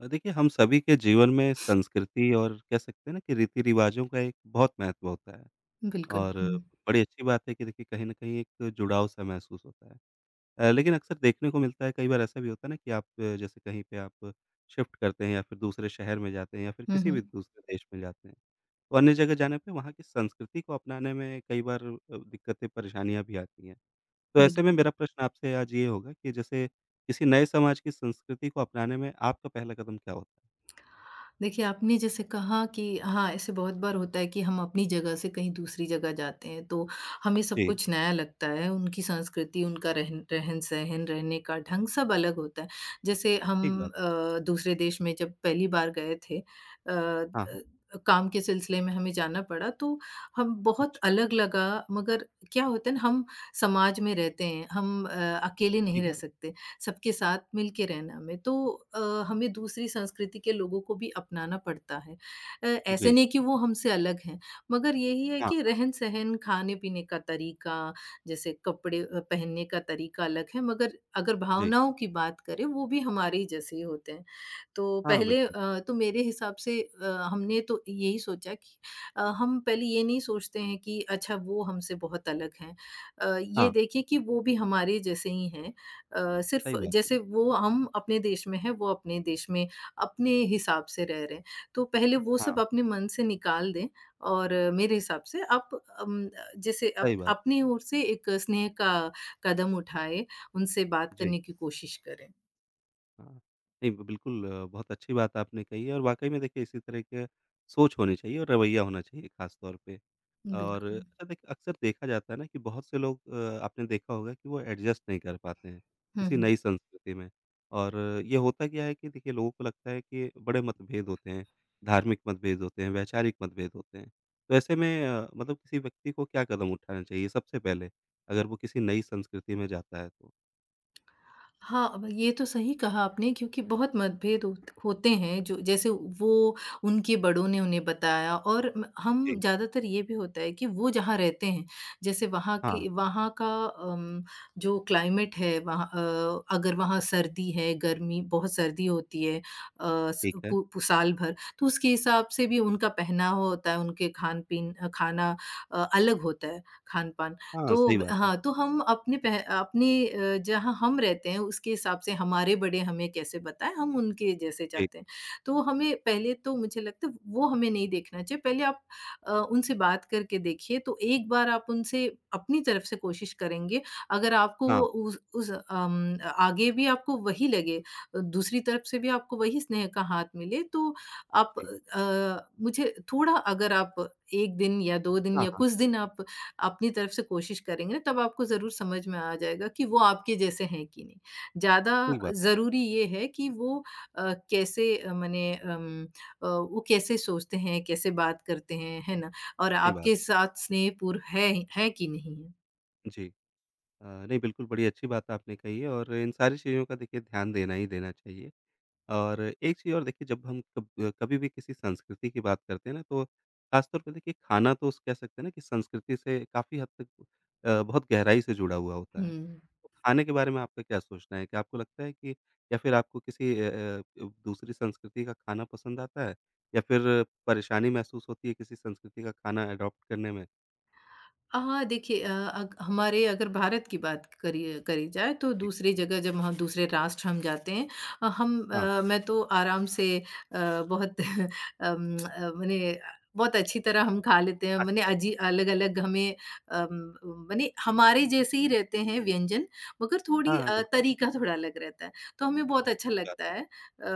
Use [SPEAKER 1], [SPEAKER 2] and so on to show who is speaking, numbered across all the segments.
[SPEAKER 1] देखिए हम सभी के जीवन में संस्कृति और कह सकते हैं ना कि रीति-रिवाज़ों का एक बहुत महत्व होता है
[SPEAKER 2] बिल्कुल,
[SPEAKER 1] और
[SPEAKER 2] हुँ।
[SPEAKER 1] बड़ी अच्छी बात है कि देखिए कहीं न कहीं एक जुड़ाव-सा महसूस होता है। लेकिन अक्सर देखने को मिलता है कई बार ऐसा भी होता है ना कि आप जैसे कहीं पे आप शिफ्ट करते हैं या फिर दूसरे शहर में जाते हैं या फिर
[SPEAKER 2] हुँ,
[SPEAKER 1] किसी भी
[SPEAKER 2] हुँ,
[SPEAKER 1] दूसरे देश में जाते हैं। तो अन्य जगह जाने पे वहाँ की संस्कृति को अपनाने में कई बार दिक्कतें, परेशानियाँ भी आती हैं। तो ऐसे में
[SPEAKER 2] बिल्कुल।
[SPEAKER 1] मेरा प्रश्न आपसे आज ये होगा कि जैसे किसी नए समाज की संस्कृति को अपनाने में आपका पहला कदम क्या होता है?
[SPEAKER 2] देखिए, आपने जैसे कहा कि हाँ, ऐसे बहुत बार होता है कि हम अपनी जगह से कहीं दूसरी जगह जाते हैं, तो हमें सब
[SPEAKER 1] जी।
[SPEAKER 2] कुछ नया लगता है। उनकी संस्कृति, उनका रहन-सहन, रहने का ढंग सब अलग होता है। जैसे
[SPEAKER 1] ठीक
[SPEAKER 2] हम
[SPEAKER 1] बात।
[SPEAKER 2] दूसरे देश में जब पहली बार गए थे
[SPEAKER 1] हाँ, हाँ।
[SPEAKER 2] काम के सिलसिले में हमें जाना पड़ा, तो हम बहुत
[SPEAKER 1] अच्छा,
[SPEAKER 2] अलग लगा मगर क्या होता है ना, हम समाज में रहते हैं, हम अकेले नहीं
[SPEAKER 1] ठीक
[SPEAKER 2] रह
[SPEAKER 1] बात।
[SPEAKER 2] सकते। सबके साथ मिल के रहना में। तो अ, हमें दूसरी संस्कृति के लोगों को भी अपनाना पड़ता है। ऐसे
[SPEAKER 1] जी।
[SPEAKER 2] नहीं कि वो हमसे अलग हैं, मगर यही है
[SPEAKER 1] हाँ,
[SPEAKER 2] कि
[SPEAKER 1] हाँ।
[SPEAKER 2] रहन-सहन, खाने-पीने का तरीका, जैसे कपड़े पहनने का तरीका अलग है, मगर अगर
[SPEAKER 1] जी।
[SPEAKER 2] भावनाओं की बात करें, वो भी हमारे ही जैसे ही होते हैं। तो
[SPEAKER 1] हाँ,
[SPEAKER 2] पहले
[SPEAKER 1] बिल्कुल।
[SPEAKER 2] तो मेरे हिसाब से हमने तो यही सोचा कि हम पहले ये नहीं सोचते हैं कि अच्छा वो हमसे बहुत अलग हैं। ये
[SPEAKER 1] हाँ,
[SPEAKER 2] देखिए कि वो भी हमारे जैसे ही हैं सिर्फ़
[SPEAKER 1] सही बात है।
[SPEAKER 2] जैसे वो हम अपने देश में हैं, वो अपने देश में अपने हिसाब से रह रहे हैं। तो पहले वो सब
[SPEAKER 1] हाँ,
[SPEAKER 2] अपने मन से निकाल दें और मेरे हिसाब से आप अम, जैसे अप
[SPEAKER 1] सही बात है।
[SPEAKER 2] अपनी ओर से एक स्नेह का कदम उठाएँ, उनसे बात
[SPEAKER 1] जी।
[SPEAKER 2] करने की कोशिश करें।
[SPEAKER 1] हाँ। नहीं, बिल्कुल बहुत अच्छी बात आपने कही है और वाक़ई में देखिए इसी तरह के सोच होनी चाहिए और रवैया होना चाहिए ख़ास तौर पे। और
[SPEAKER 2] बिल्कुल।
[SPEAKER 1] अच्छा देखिए अक्सर देखा जाता है ना कि बहुत से लोग आपने देखा होगा कि वो एडजस्ट नहीं कर पाते हैं,
[SPEAKER 2] हुँ,
[SPEAKER 1] किसी
[SPEAKER 2] हुँ।
[SPEAKER 1] नई संस्कृति में। और ये होता क्या है कि देखिए लोगों को लगता है कि बड़े मतभेद होते हैं, धार्मिक मतभेद होते हैं, वैचारिक मतभेद होते हैं। तो ऐसे में मतलब किसी व्यक्ति को क्या कदम उठाना चाहिए सबसे पहले, अगर वो किसी नई संस्कृति में जाता है तो?
[SPEAKER 2] हाँ, अब ये तो सही कहा आपने क्योंकि बहुत मतभेद होते हैं जो जैसे वो उनके बड़ों ने उन्हें बताया और म
[SPEAKER 1] जी।
[SPEAKER 2] हम ज़्यादातर ये भी होता है कि वो जहाँ रहते हैं, जैसे
[SPEAKER 1] हाँ,
[SPEAKER 2] वहाँ का जो क्लाइमेट है वहाँ अगर वहाँ सर्दी है, गर्मी बहुत सर्दी होती है अ,
[SPEAKER 1] ठीक
[SPEAKER 2] स
[SPEAKER 1] है।
[SPEAKER 2] पू पू साल भर, तो उसके हिसाब से भी उनका पहनावा होता है, उनके खान-पीन खाना अलग होता है, खान-पान
[SPEAKER 1] हाँ,
[SPEAKER 2] तो
[SPEAKER 1] सही बात है।
[SPEAKER 2] हाँ, तो हम अपने जहाँ हम रहते हैं उसके हिसाब से हमारे बड़े हमें कैसे बताएँ, हम उनके जैसे
[SPEAKER 1] जी।
[SPEAKER 2] चाहते हैं। तो हमें पहले तो मुझे लगता है वो हमें नहीं देखना चाहिए। पहले आप उनसे बात करके देखिए तो एक बार आप उनसे अपनी तरफ से कोशिश करेंगे, अगर आपको
[SPEAKER 1] हाँ,
[SPEAKER 2] उस आगे भी आपको वही लगे, दूसरी तरफ से भी आपको वही स्नेह का हाथ मिले तो आप
[SPEAKER 1] जी।
[SPEAKER 2] मुझे थोड़ा अगर आप 1 दिन या 2 दिन
[SPEAKER 1] हाँ,
[SPEAKER 2] या
[SPEAKER 1] हाँ,
[SPEAKER 2] कुछ दिन आप अपनी तरफ से कोशिश करेंगे ना, तब आपको ज़रूर समझ में आ जाएगा कि वो आपके जैसे हैं कि नहीं। ज़्यादा
[SPEAKER 1] सही बात
[SPEAKER 2] ज़रूरी ये है कि वो कैसे वो कैसे सोचते हैं, कैसे बात करते हैं, है ना? और
[SPEAKER 1] सही बात।
[SPEAKER 2] आपके साथ स्नेहपूर्ण है हैं कि नहीं है।
[SPEAKER 1] जी। नहीं बिल्कुल बड़ी अच्छी बात आपने कही है और इन सारी चीज़ों का देखिए ध्यान देना ही देना चाहिए। और एक चीज़ और देखिए जब हम कब कभी भी किसी संस्कृति की बात करते हैं ना तो ख़ासतौर पे देखिए खाना तो उस कह सकते हैं ना कि संस्कृति से काफ़ी हद तक बहुत गहराई से जुड़ा हुआ होता है।
[SPEAKER 2] हुँ।
[SPEAKER 1] तो खाने के बारे में आपका क्या सोचना है? क्या आपको लगता है कि या फिर आपको किसी दूसरी संस्कृति का खाना पसंद आता है? या फिर परेशानी महसूस होती है किसी संस्कृति का खाना एडॉप्ट करने में?
[SPEAKER 2] हाँ, देखिए अ, अग हमारे अगर भारत की बात करिए करी जाए तो
[SPEAKER 1] जी,
[SPEAKER 2] दूसरी जगह जब हम दूसरे राष्ट्र हम जाते हैं
[SPEAKER 1] हाँ,
[SPEAKER 2] मैं तो आराम से बहुत मने बहुत अच्छी तरह हम खा लेते हैं मने
[SPEAKER 1] अच्छा,
[SPEAKER 2] अजी अलग-अलग हमें अम, मने हमारे जैसे ही रहते हैं व्यंजन मगर
[SPEAKER 1] हाँ, हाँ, बिल्कुल,
[SPEAKER 2] तरीका थोड़ा अलग रहता है। तो हमें बहुत
[SPEAKER 1] हाँ,
[SPEAKER 2] अच्छा
[SPEAKER 1] सही बात
[SPEAKER 2] लगता
[SPEAKER 1] है।
[SPEAKER 2] है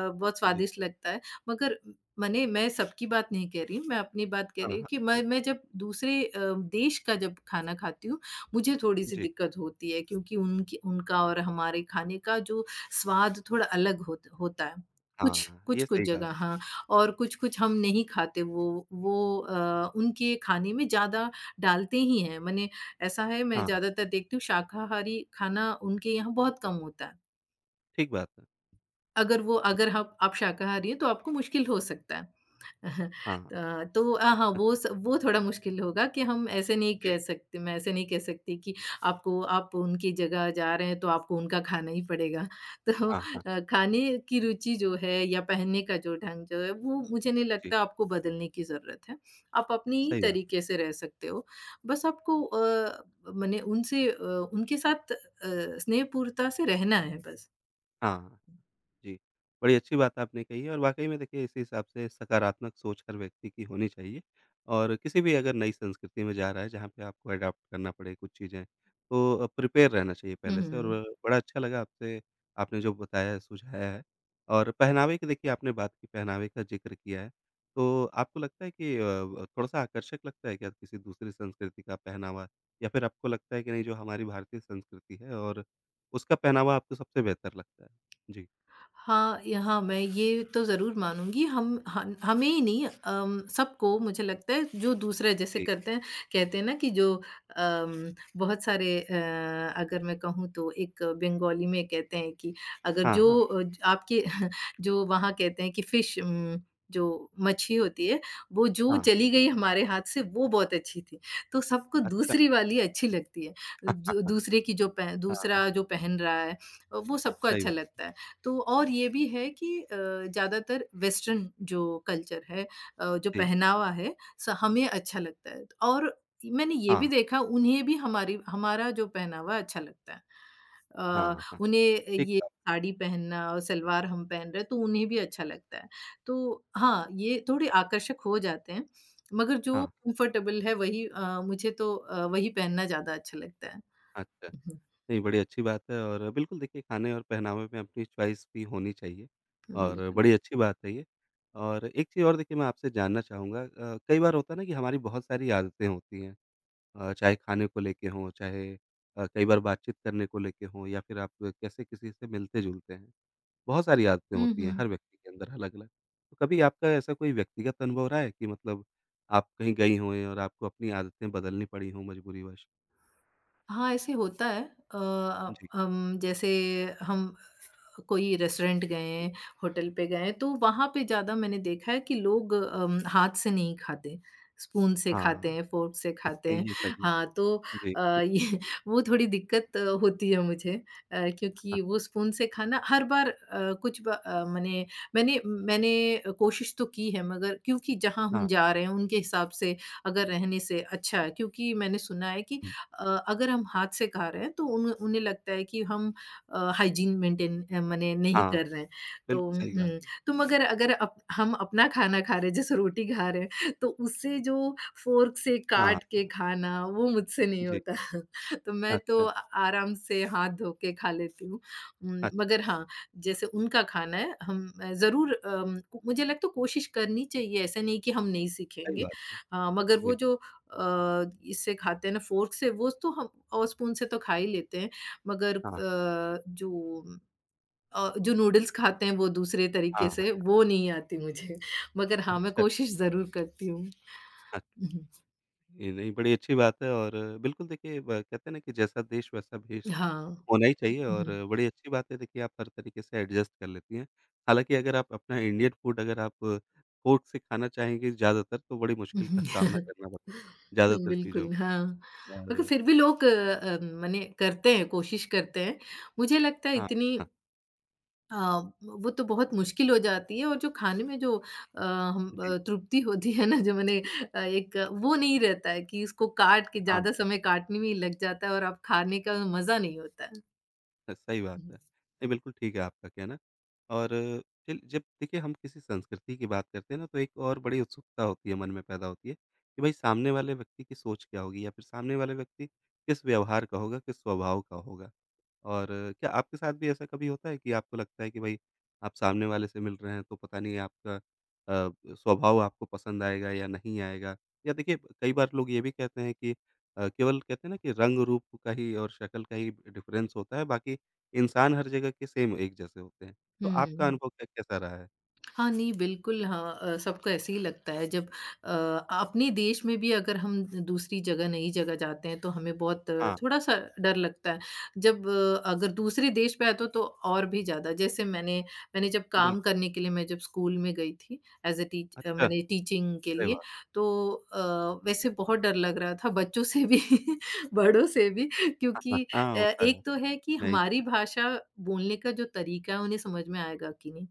[SPEAKER 2] बहुत
[SPEAKER 1] जी,
[SPEAKER 2] स्वादिष्ट लगता है मगर मने मैं सबकी बात नहीं कह रही हूँ, मैं अपनी बात कह
[SPEAKER 1] हाँ,
[SPEAKER 2] रही हूँ
[SPEAKER 1] हाँ,
[SPEAKER 2] कि मैं
[SPEAKER 1] हाँ,
[SPEAKER 2] मैं जब दूसरे देश का जब खाना खाती हूँ, मुझे थोड़ी-सी
[SPEAKER 1] जी,
[SPEAKER 2] दिक्कत होती है क्योंकि उनकी उनका और हमारे खाने का जो स्वाद थोड़ा अलग होता है। कुछ
[SPEAKER 1] हाँ, ये
[SPEAKER 2] कुछ-कुछ
[SPEAKER 1] सही कहा
[SPEAKER 2] जगह
[SPEAKER 1] आपने।
[SPEAKER 2] हाँ, और कुछ-कुछ हम नहीं खाते वो उनके खाने में ज़्यादा डालते ही हैं। मने ऐसा है मैं
[SPEAKER 1] हाँ,
[SPEAKER 2] ज़्यादातर देखती हूँ शाकाहारी खाना उनके यहाँ बहुत कम होता है।
[SPEAKER 1] ठीक बात है।
[SPEAKER 2] अगर वो
[SPEAKER 1] जी,
[SPEAKER 2] अगर हप आप शाकाहारी हैं तो आपको मुश्किल हो सकता है।
[SPEAKER 1] हाँ,
[SPEAKER 2] त तो हाँ, वो थोड़ा मुश्किल होगा कि हम ऐसे नहीं कह
[SPEAKER 1] जी,
[SPEAKER 2] सकते मैं ऐसे नहीं कह सकती कि आपको आप उनकी जगह जा रहे हैं, तो आपको उनका खाना ही पड़ेगा। तो
[SPEAKER 1] हाँ, हाँ,
[SPEAKER 2] खाने की रुचि जो है या पहनने का जो ढंग जो है, वो मुझे नहीं
[SPEAKER 1] जी,
[SPEAKER 2] लगता आपको बदलने की ज़रूरत है। आप अपने ही
[SPEAKER 1] सही बात है।
[SPEAKER 2] तरीके से रह सकते हो। बस आपको मने उनसे उनके साथ स्नेहपूर्णता से रहना है बस।
[SPEAKER 1] हाँ। जी, बड़ी अच्छी बात आपने कही है और वाक़ई में देखिए इसी हिसाब से सकारात्मक सोच हर व्यक्ति की होनी चाहिए और किसी भी अगर नई संस्कृति में जा रहा है जहाँ पे आपको अडॉप्ट करना पड़े कुछ चीज़ें, तो प्रिपेयर रहना चाहिए
[SPEAKER 2] हुँ,
[SPEAKER 1] पहले से और
[SPEAKER 2] हुँ।
[SPEAKER 1] बड़ा अच्छा लगा आपसे आपने जो बताया है, सुझाया है और पहनावे की देखिए आपने बात की, पहनावे का ज़िक्र किया है, तो आपको लगता है कि थोड़ा-सा आकर्षक लगता है क्या किसी दूसरी संस्कृति का पहनावा? या फिर आपको लगता है कि नहीं जो हमारी भारतीय संस्कृति है और उसका पहनावा आपको सबसे बेहतर लगता है? जी।
[SPEAKER 2] हाँ, यहाँ मैं ये तो ज़रूर मानूँगी हम हन हमें ही नहीं सबको मुझे लगता है जो दूसरा जैसे
[SPEAKER 1] जी।
[SPEAKER 2] करते हैं कहते हैं ना कि जो अम, बहुत सारे अगर मैं कहूँ तो एक बंगाली में कहते हैं कि अगर
[SPEAKER 1] हाँ,
[SPEAKER 2] जो
[SPEAKER 1] हाँ,
[SPEAKER 2] आपके जो वहाँ कहते हैं कि फ़िश जो मच्छी होती है, वो जो
[SPEAKER 1] हाँ,
[SPEAKER 2] चली गई हमारे हाथ से वो बहुत अच्छी थी। तो सबको
[SPEAKER 1] अच्छा।
[SPEAKER 2] दूसरी वाली अच्छी लगती है। जो दूसरे की जो पह
[SPEAKER 1] हाँ, हाँ,
[SPEAKER 2] दूसरा जो पहन रहा है, वो सबको
[SPEAKER 1] सही
[SPEAKER 2] अच्छा
[SPEAKER 1] बात,
[SPEAKER 2] लगता है। तो और ये भी है कि ज़्यादातर वेस्टर्न जो कल्चर है जो
[SPEAKER 1] जी।
[SPEAKER 2] पहनावा है स हमें अच्छा लगता है तो और मैंने ये भी
[SPEAKER 1] हाँ,
[SPEAKER 2] देखा उन्हें भी हमारी हमारा जो पहनावा अच्छा लगता है।
[SPEAKER 1] हाँ, हाँ,
[SPEAKER 2] उन्हें
[SPEAKER 1] ठीक
[SPEAKER 2] ये
[SPEAKER 1] कहा आपने।
[SPEAKER 2] साड़ी पहनना और सलवार हम पहन रहे हैं तो उन्हें भी अच्छा लगता है। तो हाँ, ये थोड़े आकर्षक हो जाते हैं, मगर जो
[SPEAKER 1] हाँ,
[SPEAKER 2] कम्फ़र्टेबल है वही मुझे तो वही पहनना ज़्यादा अच्छा लगता है।
[SPEAKER 1] अच्छा,
[SPEAKER 2] हुँ,
[SPEAKER 1] नहीं बड़ी अच्छी बात है और बिल्कुल देखिए खाने और पहनावे में अपनी चॉइस भी होनी चाहिए
[SPEAKER 2] हुँ,
[SPEAKER 1] और
[SPEAKER 2] बिल्कुल।
[SPEAKER 1] बड़ी अच्छी बात है ये। और एक चीज़ और देखिए मैं आपसे जानना चाहूँगा कई बार होता है ना कि हमारी बहुत सारी आदतें होती हैं चाहे खाने को लेके हों, चाहे कई बार बातचीत करने को लेके हों या फिर आप कैसे किसी से मिलते-जुलते हैं। बहुत सारी आदतें
[SPEAKER 2] हुँ,
[SPEAKER 1] होती हैं
[SPEAKER 2] हुँ।
[SPEAKER 1] हर व्यक्ति के अंदर अलग-अलग। तो कभी आपका ऐसा कोई व्यक्तिगत अनुभव रहा है कि मतलब आप कहीं गई हों और आपको अपनी आदतें बदलनी पड़ी हों मजबूरीवश?
[SPEAKER 2] हाँ, ऐसे होता है। अ, अ,
[SPEAKER 1] जी।
[SPEAKER 2] हम जैसे हम कोई रेस्टोरेंट गए, होटल पे गए, तो वहाँ पे ज़्यादा मैंने देखा है कि लोग हाथ से नहीं खाते, स्पून से खाते
[SPEAKER 1] हाँ,
[SPEAKER 2] हैं, फ़ोर्क से खाते हैं।
[SPEAKER 1] ये सही है।
[SPEAKER 2] हाँ, तो
[SPEAKER 1] जी।
[SPEAKER 2] ये वो थोड़ी दिक्कत होती है मुझे
[SPEAKER 1] हाँ,
[SPEAKER 2] क्योंकि वो स्पून से खाना हर बार मने मैंने मैंने कोशिश तो की है मगर क्योंकि जहाँ हम
[SPEAKER 1] हाँ,
[SPEAKER 2] जा रहे हैं, उनके हिसाब से अगर रहने से अच्छा है क्योंकि मैंने सुना है कि अगर हम हाथ से खा रहे हैं तो उन उन्हें लगता है कि हम हाइजीन मेंटेन मने नहीं
[SPEAKER 1] हाँ,
[SPEAKER 2] कर रहे हैं। तो
[SPEAKER 1] बिल्कुल सही कहा
[SPEAKER 2] हुँ,
[SPEAKER 1] आपने।
[SPEAKER 2] तो मगर अगर अप हम अपना खाना खा रहे हैं, जैसे रोटी खा रहे हैं, तो उससे जो फ़ोर्क से
[SPEAKER 1] हाँ,
[SPEAKER 2] काट के खाना, वो मुझसे नहीं
[SPEAKER 1] जी।
[SPEAKER 2] होता। तो मैं तो
[SPEAKER 1] अच्छा,
[SPEAKER 2] आराम से हाथ धो के खा लेती हूँ।
[SPEAKER 1] अच्छा,
[SPEAKER 2] मगर हाँ, जैसे उनका खाना है, हम ज़रूर मुझे लगता है कोशिश करनी चाहिए, ऐसा नहीं कि हम नहीं
[SPEAKER 1] सही
[SPEAKER 2] सीखेंगे।
[SPEAKER 1] बात है।
[SPEAKER 2] मगर वो
[SPEAKER 1] जी,
[SPEAKER 2] जो इससे खाते हैं ना फ़ोर्क से वो तो हम और स्पून से तो खा ही लेते हैं मगर
[SPEAKER 1] हाँ,
[SPEAKER 2] जो नूडल्स खाते हैं वो दूसरे
[SPEAKER 1] हाँ,
[SPEAKER 2] तरीके से वो नहीं आती मुझे मगर हाँ, मैं
[SPEAKER 1] अच्छा,
[SPEAKER 2] कोशिश ज़रूर करती हूँ।
[SPEAKER 1] अच्छा।
[SPEAKER 2] उहुँ,
[SPEAKER 1] ये नहीं, बड़ी अच्छी बात है और बिल्कुल देखिए ब कहते हैं ना कि जैसा देश वैसा भेष,
[SPEAKER 2] हाँ।
[SPEAKER 1] होना ही चाहिए और
[SPEAKER 2] उहुँ,
[SPEAKER 1] बड़ी अच्छी बात है देखिए आप हर तरीके से एडजस्ट कर लेती हैं। हालाँकि अगर आप अपना इंडियन फूड अगर आप फोर्क से खाना चाहेंगी ज़्यादातर तो बड़ी मुश्किल का सामना
[SPEAKER 2] उहुँ।
[SPEAKER 1] करना पड़ेगा, ज़्यादातर चीज़ों
[SPEAKER 2] बिल्कुल, हाँ।
[SPEAKER 1] में
[SPEAKER 2] मगर
[SPEAKER 1] और
[SPEAKER 2] फिर भी लोग मने करते हैं, कोशिश करते हैं। मुझे लगता है
[SPEAKER 1] हाँ,
[SPEAKER 2] इतनी
[SPEAKER 1] हाँ।
[SPEAKER 2] अ, वो तो बहुत मुश्किल हो जाती है और जो खाने में जो हम
[SPEAKER 1] जी,
[SPEAKER 2] तृप्ति होती है ना जो मैंने एक वो नहीं रहता है कि इसको काट के
[SPEAKER 1] हाँ।
[SPEAKER 2] ज़्यादा
[SPEAKER 1] हाँ।
[SPEAKER 2] समय काटने में ही लग जाता है और आप खाने का मज़ा नहीं होता है।
[SPEAKER 1] सही बात है।
[SPEAKER 2] हुँ।
[SPEAKER 1] नहीं, बिल्कुल ठीक है आपका कहना और चल जब देखिए हम किसी संस्कृति की बात करते हैं ना, तो एक और बड़ी उत्सुकता होती है, मन में पैदा होती है कि भाई सामने वाले व्यक्ति की सोच क्या होगी या फिर सामने वाले व्यक्ति किस व्यवहार का होगा, किस स्वभाव का होगा। और क्या आपके साथ भी ऐसा कभी होता है कि आपको लगता है कि भाई आप सामने वाले से मिल रहे हैं तो पता नहीं आपका स्वभाव आपको पसंद आएगा या नहीं आएगा? या देखिए कई बार लोग ये भी कहते हैं कि केवल कहते हैं ना कि रंग-रूप का ही और शक्ल का ही डिफ़रेंस होता है, बाकी इंसान हर जगह के सेम एक जैसे होते हैं। तो आपका
[SPEAKER 2] हुँ।
[SPEAKER 1] अनुभव कै कैसा रहा है?
[SPEAKER 2] हाँ, नहीं बिल्कुल हाँ सबको ऐसे ही लगता है जब अ, अपने देश में भी अगर हम दूसरी जगह नई जगह जाते हैं तो हमें बहुत
[SPEAKER 1] हाँ,
[SPEAKER 2] थोड़ा-सा डर लगता है। जब अगर दूसरे देश पे आते हो तो और भी ज़्यादा जैसे मैंने मैंने जब काम
[SPEAKER 1] बिल्कुल।
[SPEAKER 2] करने के लिए मैं जब स्कूल में गई थी एज़ अ
[SPEAKER 1] अच्छा,
[SPEAKER 2] मैंने टीचिंग के
[SPEAKER 1] अरे
[SPEAKER 2] लिए
[SPEAKER 1] वाह!
[SPEAKER 2] तो अ, वैसे बहुत डर लग रहा था बच्चों से भी बड़ों से भी
[SPEAKER 1] हाँ, हाँ,
[SPEAKER 2] क्योंकि
[SPEAKER 1] हाँ, होता
[SPEAKER 2] एक
[SPEAKER 1] है
[SPEAKER 2] तो है कि
[SPEAKER 1] नई
[SPEAKER 2] हमारी
[SPEAKER 1] जगह।
[SPEAKER 2] भाषा बोलने का जो तरीका है उन्हें समझ में आएगा कि नहीं।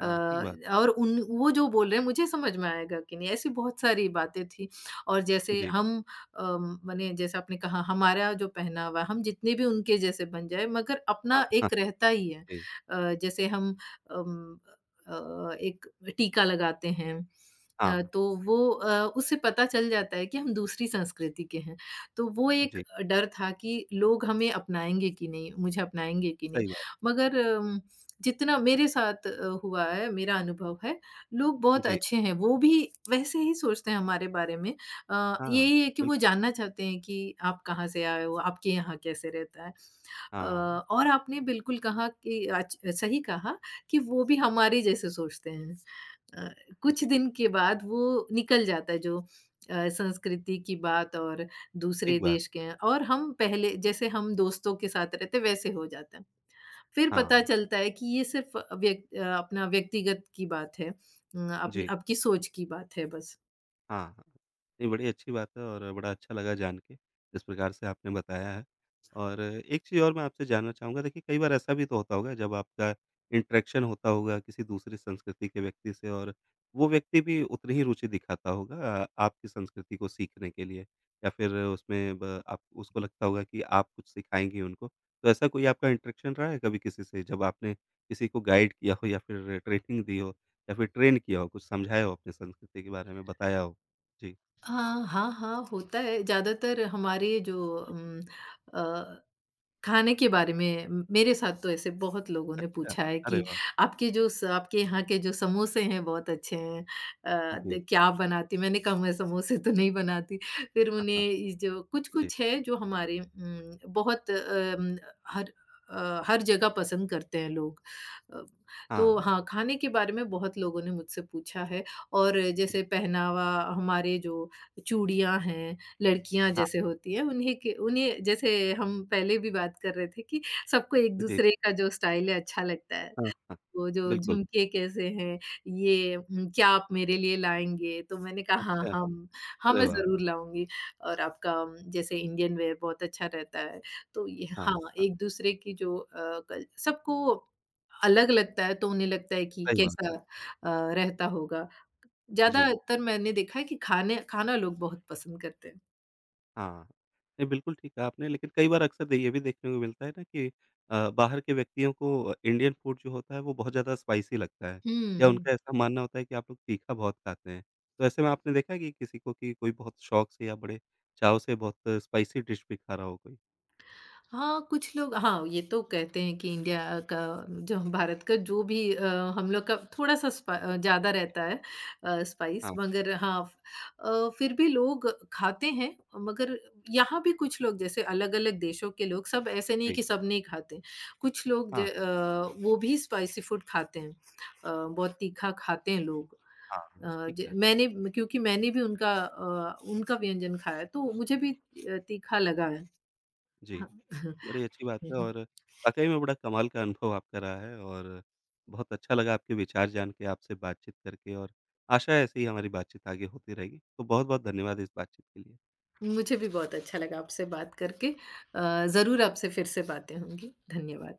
[SPEAKER 1] हाँ, ठीक
[SPEAKER 2] अ,
[SPEAKER 1] बात।
[SPEAKER 2] और उन वो जो बोल रहे हैं मुझे समझ में आएगा कि नहीं, ऐसी बहुत सारी बातें थी और जैसे
[SPEAKER 1] जी,
[SPEAKER 2] हम माने जैसे आपने कहा हमारा जो पहनावा, हम जितने भी उनके जैसे बन जाएँ मगर
[SPEAKER 1] हाँ,
[SPEAKER 2] अपना
[SPEAKER 1] हाँ,
[SPEAKER 2] एक रहता ही है।
[SPEAKER 1] जी,
[SPEAKER 2] जैसे हम अम, एक टीका लगाते हैं
[SPEAKER 1] हाँ,
[SPEAKER 2] तो वो उससे पता चल जाता है कि हम दूसरी संस्कृति के हैं। तो वो एक
[SPEAKER 1] जी,
[SPEAKER 2] डर था कि लोग हमें अपनाएँगे कि नहीं, मुझे अपनाएँगे कि नहीं?
[SPEAKER 1] सही बात।
[SPEAKER 2] मगर जितना मेरे साथ हुआ है, मेरा अनुभव है, लोग बहुत
[SPEAKER 1] जी,
[SPEAKER 2] अच्छे हैं, वो भी वैसे ही सोचते हैं हमारे बारे में।
[SPEAKER 1] हाँ,
[SPEAKER 2] यही है कि वो
[SPEAKER 1] बिल्कुल,
[SPEAKER 2] जानना चाहते हैं कि आप कहाँ से आए हो, आपके यहाँ कैसे रहता है? अ,
[SPEAKER 1] हाँ।
[SPEAKER 2] और आपने बिल्कुल कहा कि अच सही कहा कि वो भी हमारे जैसे सोचते हैं। अ, कुछ
[SPEAKER 1] जी,
[SPEAKER 2] दिन के बाद वो निकल जाता है जो संस्कृति की बात और दूसरे
[SPEAKER 1] ठीक बात।
[SPEAKER 2] देश के हैं और हम पहले जैसे हम दोस्तों के साथ रहते वैसे हो जाता है। फिर पता
[SPEAKER 1] हाँ,
[SPEAKER 2] चलता है कि ये सिर्फ़ अपना व्यक्तिगत की बात है। अपनी
[SPEAKER 1] जी।
[SPEAKER 2] आपकी सोच की बात है बस।
[SPEAKER 1] हाँ, हाँ। नहीं बड़ी अच्छी बात है और बड़ा अच्छा लगा जान के, जिस प्रकार से आपने बताया है। और एक चीज़ और मैं आपसे जानना चाहूँगा देखिए कई बार ऐसा भी तो होता होगा जब आपका इंटरेक्शन होता होगा किसी दूसरी संस्कृति के व्यक्ति से और वो व्यक्ति भी उतनी ही रुचि दिखाता होगा आपकी संस्कृति को सीखने के लिए या फिर उसमें ब आप उसको लगता होगा कि आप कुछ सिखाएँगी उनको। तो ऐसा कोई आपका इंटरेक्शन रहा है कभी किसी से जब आपने किसी को गाइड किया हो या फिर ट्रेनिंग दी हो या फिर ट्रेन किया हो, कुछ समझाया हो अपनी संस्कृति के बारे में बताया हो? जी,
[SPEAKER 2] हाँ, हाँ, हाँ, होता है। ज़्यादातर हमारे जो अ खाने के बारे में म मेरे साथ तो ऐसे बहुत लोगों ने
[SPEAKER 1] अच्छा,
[SPEAKER 2] पूछा है
[SPEAKER 1] अरे
[SPEAKER 2] कि
[SPEAKER 1] वाह!
[SPEAKER 2] आपके यहाँ के जो समोसे हैं बहुत अच्छे हैं। अ,
[SPEAKER 1] जी,
[SPEAKER 2] द क्या आप बनाती? मैंने कहा मैं समोसे तो नहीं बनाती। फिर
[SPEAKER 1] हाँ,
[SPEAKER 2] उन्हें
[SPEAKER 1] हाँ,
[SPEAKER 2] ये जो
[SPEAKER 1] जी,
[SPEAKER 2] कुछ-कुछ है जो हमारे बहुत हर हर जगह पसंद करते हैं लोग। अ,
[SPEAKER 1] हाँ,
[SPEAKER 2] तो
[SPEAKER 1] हाँ,
[SPEAKER 2] हाँ, खाने के बारे में बहुत लोगों ने मुझसे पूछा है और
[SPEAKER 1] जी,
[SPEAKER 2] जैसे पहनावा हमारे जो चूड़ियाँ हैं लड़कियाँ जैसे
[SPEAKER 1] हाँ,
[SPEAKER 2] होती हैं उन्हीं के उन्हें जैसे हम पहले भी बात कर रहे थे कि सबको
[SPEAKER 1] जी,
[SPEAKER 2] एक-दूसरे का जो स्टाइल है अच्छा लगता है।
[SPEAKER 1] हाँ, हाँ,
[SPEAKER 2] वो जो
[SPEAKER 1] बिल्कुल,
[SPEAKER 2] झुमके कैसे हैं, ये क्या आप मेरे लिए लाएँगे? तो मैंने कहा हाँ,
[SPEAKER 1] अच्छा,
[SPEAKER 2] हम हाँ,
[SPEAKER 1] अरे
[SPEAKER 2] मैं
[SPEAKER 1] वाह!
[SPEAKER 2] ज़रूर लाऊँगी और आपका जैसे इंडियन वेयर बहुत अच्छा रहता है। तो ये
[SPEAKER 1] हाँ,
[SPEAKER 2] हाँ,
[SPEAKER 1] हाँ,
[SPEAKER 2] एक-दूसरे की जो कल सबको अलग लगता है तो उन्हें लगता है कि
[SPEAKER 1] सही बात
[SPEAKER 2] कैसा
[SPEAKER 1] है,
[SPEAKER 2] रहता होगा।
[SPEAKER 1] जी,
[SPEAKER 2] ज़्यादातर मैंने देखा है कि खाने खाना लोग बहुत पसंद करते हैं।
[SPEAKER 1] हाँ, नहीं बिल्कुल ठीक कहा आपने लेकिन कई बार अक्सर ये भी देखने को मिलता है ना कि बाहर के व्यक्तियों को इंडियन फूड जो होता है वो बहुत ज़्यादा स्पाइसी लगता है या
[SPEAKER 2] हुँ।
[SPEAKER 1] उनका ऐसा मानना होता है कि आप लोग तीखा बहुत खाते हैं। तो ऐसे में आपने देखा है कि किसी को कि कोई बहुत शौक से या बड़े चाव से बहुत स्पाइसी डिश भी खा रहा हो कोई?
[SPEAKER 2] हाँ, कुछ लोग हाँ, ये तो कहते हैं कि इंडिया का जो हम भारत का जो भी हम लोग का थोड़ा-सा ज़्यादा रहता है स्पाइस
[SPEAKER 1] हाँ,
[SPEAKER 2] मगर हाँ, फिर भी लोग खाते हैं मगर यहाँ भी कुछ लोग जैसे अलग-अलग देशों के लोग सब ऐसे नहीं
[SPEAKER 1] जी,
[SPEAKER 2] कि सब नहीं खाते। कुछ लोग
[SPEAKER 1] हाँ,
[SPEAKER 2] वो भी स्पाइसी फूड खाते हैं। बहुत तीखा खाते हैं लोग।
[SPEAKER 1] हाँ,
[SPEAKER 2] अ,
[SPEAKER 1] हाँ, ठीक
[SPEAKER 2] ज
[SPEAKER 1] है।
[SPEAKER 2] मैंने क्योंकि मैंने भी उनका व्यंजन खाया है तो मुझे भी तीखा लगा है।
[SPEAKER 1] जी,
[SPEAKER 2] हाँ।
[SPEAKER 1] बड़ी अच्छी बात
[SPEAKER 2] हुँ,
[SPEAKER 1] है
[SPEAKER 2] हुँ।
[SPEAKER 1] और वाक़ई में बड़ा कमाल का अनुभव आपका रहा है और बहुत अच्छा लगा आपके विचार जान के, आपसे बातचीत करके और आशा है ऐसे ही हमारी बातचीत आगे होती रहेगी। तो बहुत-बहुत धन्यवाद इस बातचीत के लिए।
[SPEAKER 2] मुझे भी बहुत अच्छा लगा आपसे बात करके। ज़रूर आपसे फिर से बातें होंगी। धन्यवाद।